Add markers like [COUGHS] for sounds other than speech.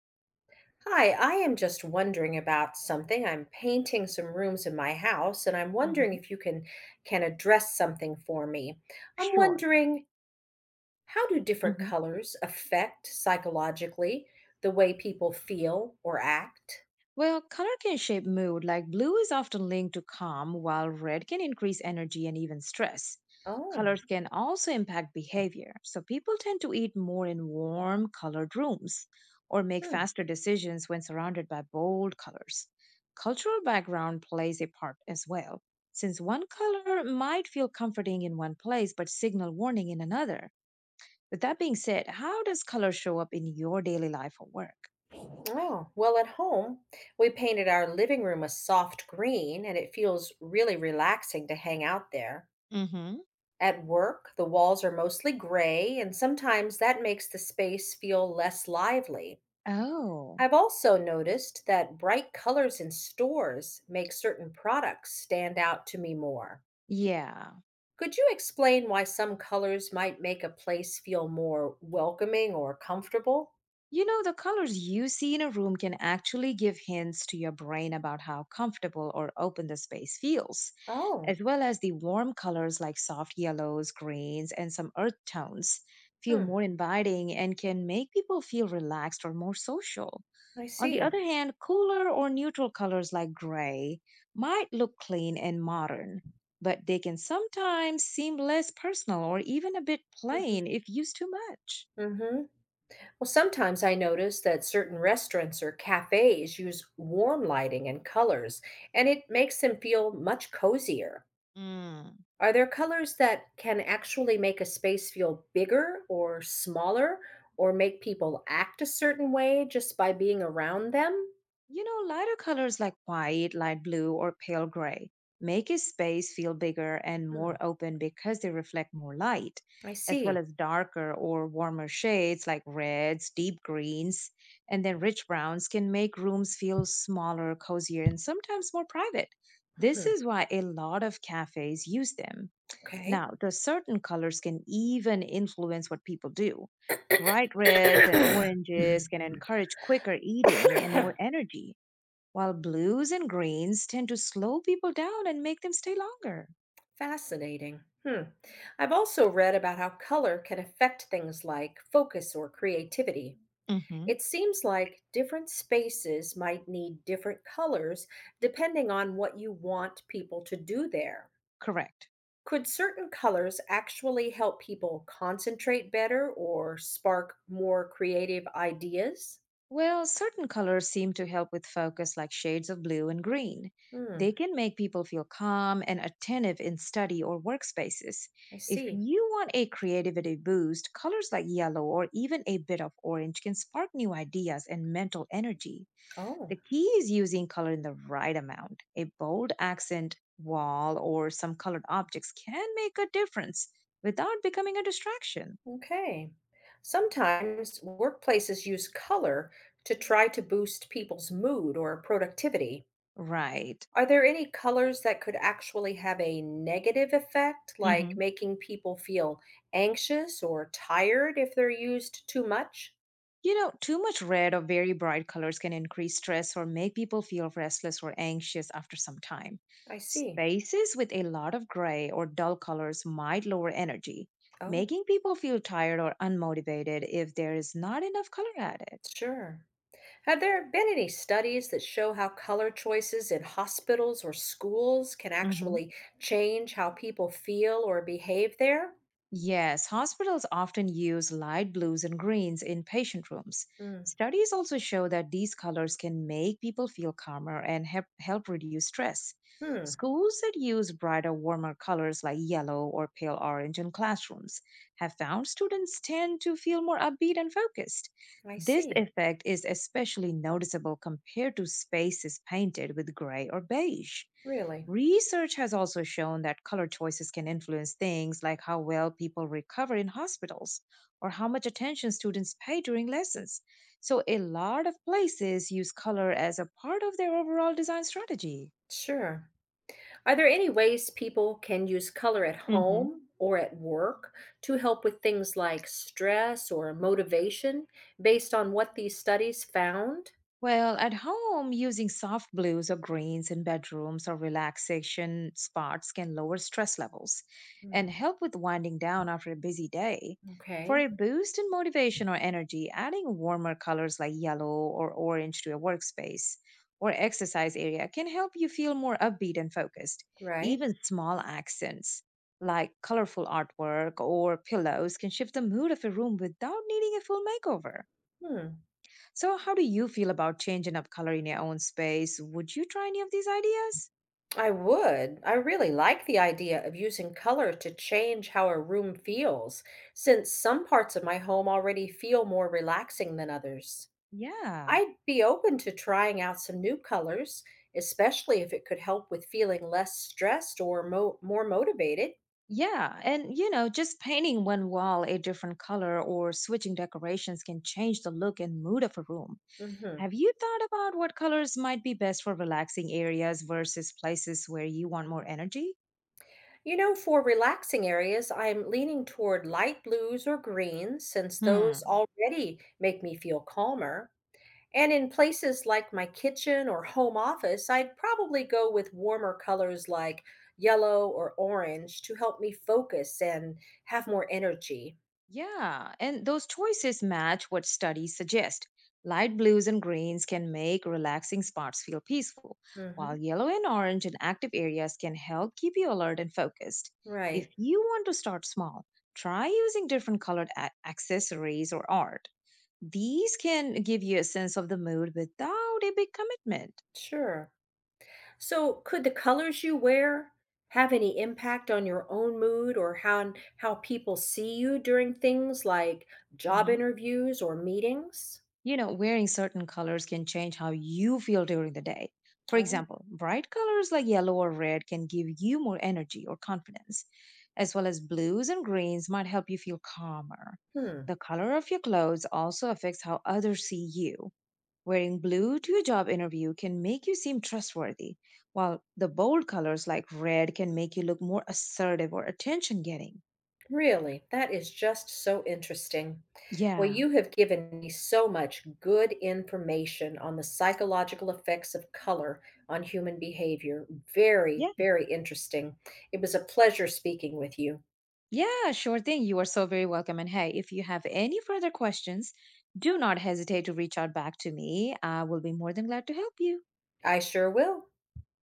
Hi, I am just wondering about something. I'm painting some rooms in my house, and I'm wondering Mhm. if you can address something for me. I'm Sure. wondering, how do different Mhm. colors affect psychologically the way people feel or act? Well, color can shape mood. Like blue is often linked to calm, while red can increase energy and even stress. Oh. Colors can also impact behavior. So people tend to eat more in warm colored rooms or make hmm. faster decisions when surrounded by bold colors. Cultural background plays a part as well, since one color might feel comforting in one place but signal warning in another. With that being said, how does color show up in your daily life or work? Oh, well, at home, we painted our living room a soft green, and it feels really relaxing to hang out there. Hmm At work, the walls are mostly gray, and sometimes that makes the space feel less lively. Oh, I've also noticed that bright colors in stores make certain products stand out to me more. yeah. Could you explain why some colors might make a place feel more welcoming or comfortable? You know, the colors you see in a room can actually give hints to your brain about how comfortable or open the space feels, Oh, as well as the warm colors like soft yellows, greens, and some earth tones feel hmm, more inviting and can make people feel relaxed or more social. I On the see. other hand, cooler or neutral colors like gray might look clean and modern, but they can sometimes seem less personal or even a bit plain hmm if used too much. hmm Well, sometimes I notice that certain restaurants or cafes use warm lighting and colors, and it makes them feel much cozier. Mm. Are there colors that can actually make a space feel bigger or smaller, or make people act a certain way just by being around them? You know, lighter colors like white, light blue, or pale gray make a space feel bigger and more Hmm, open because they reflect more light, I as well see. as darker or warmer shades like reds, deep greens, and then rich browns can make rooms feel smaller, cozier, and sometimes more private. This Mhm, is why a lot of cafes use them. okay. Now, the certain colors can even influence what people do. Bright reds and oranges can [COUGHS] encourage quicker eating and more energy, while blues and greens tend to slow people down and make them stay longer. Fascinating. Hmm. I've also read about how color can affect things like focus or creativity. Hmm It seems like different spaces might need different colors depending on what you want people to do there. Correct. Could certain colors actually help people concentrate better or spark more creative ideas? Well, certain colors seem to help with focus, like shades of blue and green. Hmm, They can make people feel calm and attentive in study or workspaces. I If see. you want a creativity boost, colors like yellow or even a bit of orange can spark new ideas and mental energy. Oh, The key is using color in the right amount. A bold accent, wall, or some colored objects can make a difference without becoming a distraction. okay. Sometimes workplaces use color to try to boost people's mood or productivity. Right. Are there any colors that could actually have a negative effect, like hmm making people feel anxious or tired if they're used too much? You know, too much red or very bright colors can increase stress or make people feel restless or anxious after some time. I see. Spaces with a lot of gray or dull colors might lower energy, Oh, making people feel tired or unmotivated if there is not enough color added. sure. Have there been any studies that show how color choices in hospitals or schools can actually change how people feel or behave there? Yes, hospitals often use light blues and greens in patient rooms. Mm. Studies also show that these colors can make people feel calmer and help reduce stress. Hmm, Schools that use brighter, warmer colors like yellow or pale orange in classrooms have found students tend to feel more upbeat and focused. I This see. effect is especially noticeable compared to spaces painted with gray or beige. Really? Research has also shown that color choices can influence things like how well people recover in hospitals or how much attention students pay during lessons. So, a lot of places use color as a part of their overall design strategy. Sure. Are there any ways people can use color at Mhm. home or at work to help with things like stress or motivation based on what these studies found? Well, at home, using soft blues or greens in bedrooms or relaxation spots can lower stress levels and Mm. help with winding down after a busy day. Okay, For a boost in motivation or energy, adding warmer colors like yellow or orange to your workspace or exercise area can help you feel more upbeat and focused. right. Even small accents like colorful artwork or pillows can shift the mood of a room without needing a full makeover. Hmm. So, how do you feel about changing up color in your own space? Would you try any of these ideas? I would. I really like the idea of using color to change how a room feels, since some parts of my home already feel more relaxing than others. Yeah. I'd be open to trying out some new colors, especially if it could help with feeling less stressed or more motivated. Yeah. And, you know, just painting one wall a different color or switching decorations can change the look and mood of a room. Hmm. Have you thought about what colors might be best for relaxing areas versus places where you want more energy? You know, for relaxing areas, I'm leaning toward light blues or greens since those Hmm. already make me feel calmer. And in places like my kitchen or home office, I'd probably go with warmer colors like yellow or orange to help me focus and have more energy. Yeah, and those choices match what studies suggest. Light blues and greens can make relaxing spots feel peaceful, Hmm. while yellow and orange in active areas can help keep you alert and focused. If Right. you want to start small, try using different colored accessories or art. These can give you a sense of the mood without a big commitment. Sure. So, could the colors you wear have any impact on your own mood or how people see you during things like job interviews or meetings? You know, wearing certain colors can change how you feel during the day. For Oh, example, bright colors like yellow or red can give you more energy or confidence, as well as blues and greens might help you feel calmer. hmm. The color of your clothes also affects how others see you. Wearing blue to a job interview can make you seem trustworthy, while the bold colors like red can make you look more assertive or attention getting. Really, that is just so interesting. Well, Yeah. you have given me so much good information on the psychological effects of color on human behavior. Very, very interesting. It was a pleasure speaking with you. Yeah, sure thing. You are so very welcome. And hey, if you have any further questions, do not hesitate to reach out back to me. I will be more than glad to help you. I sure will.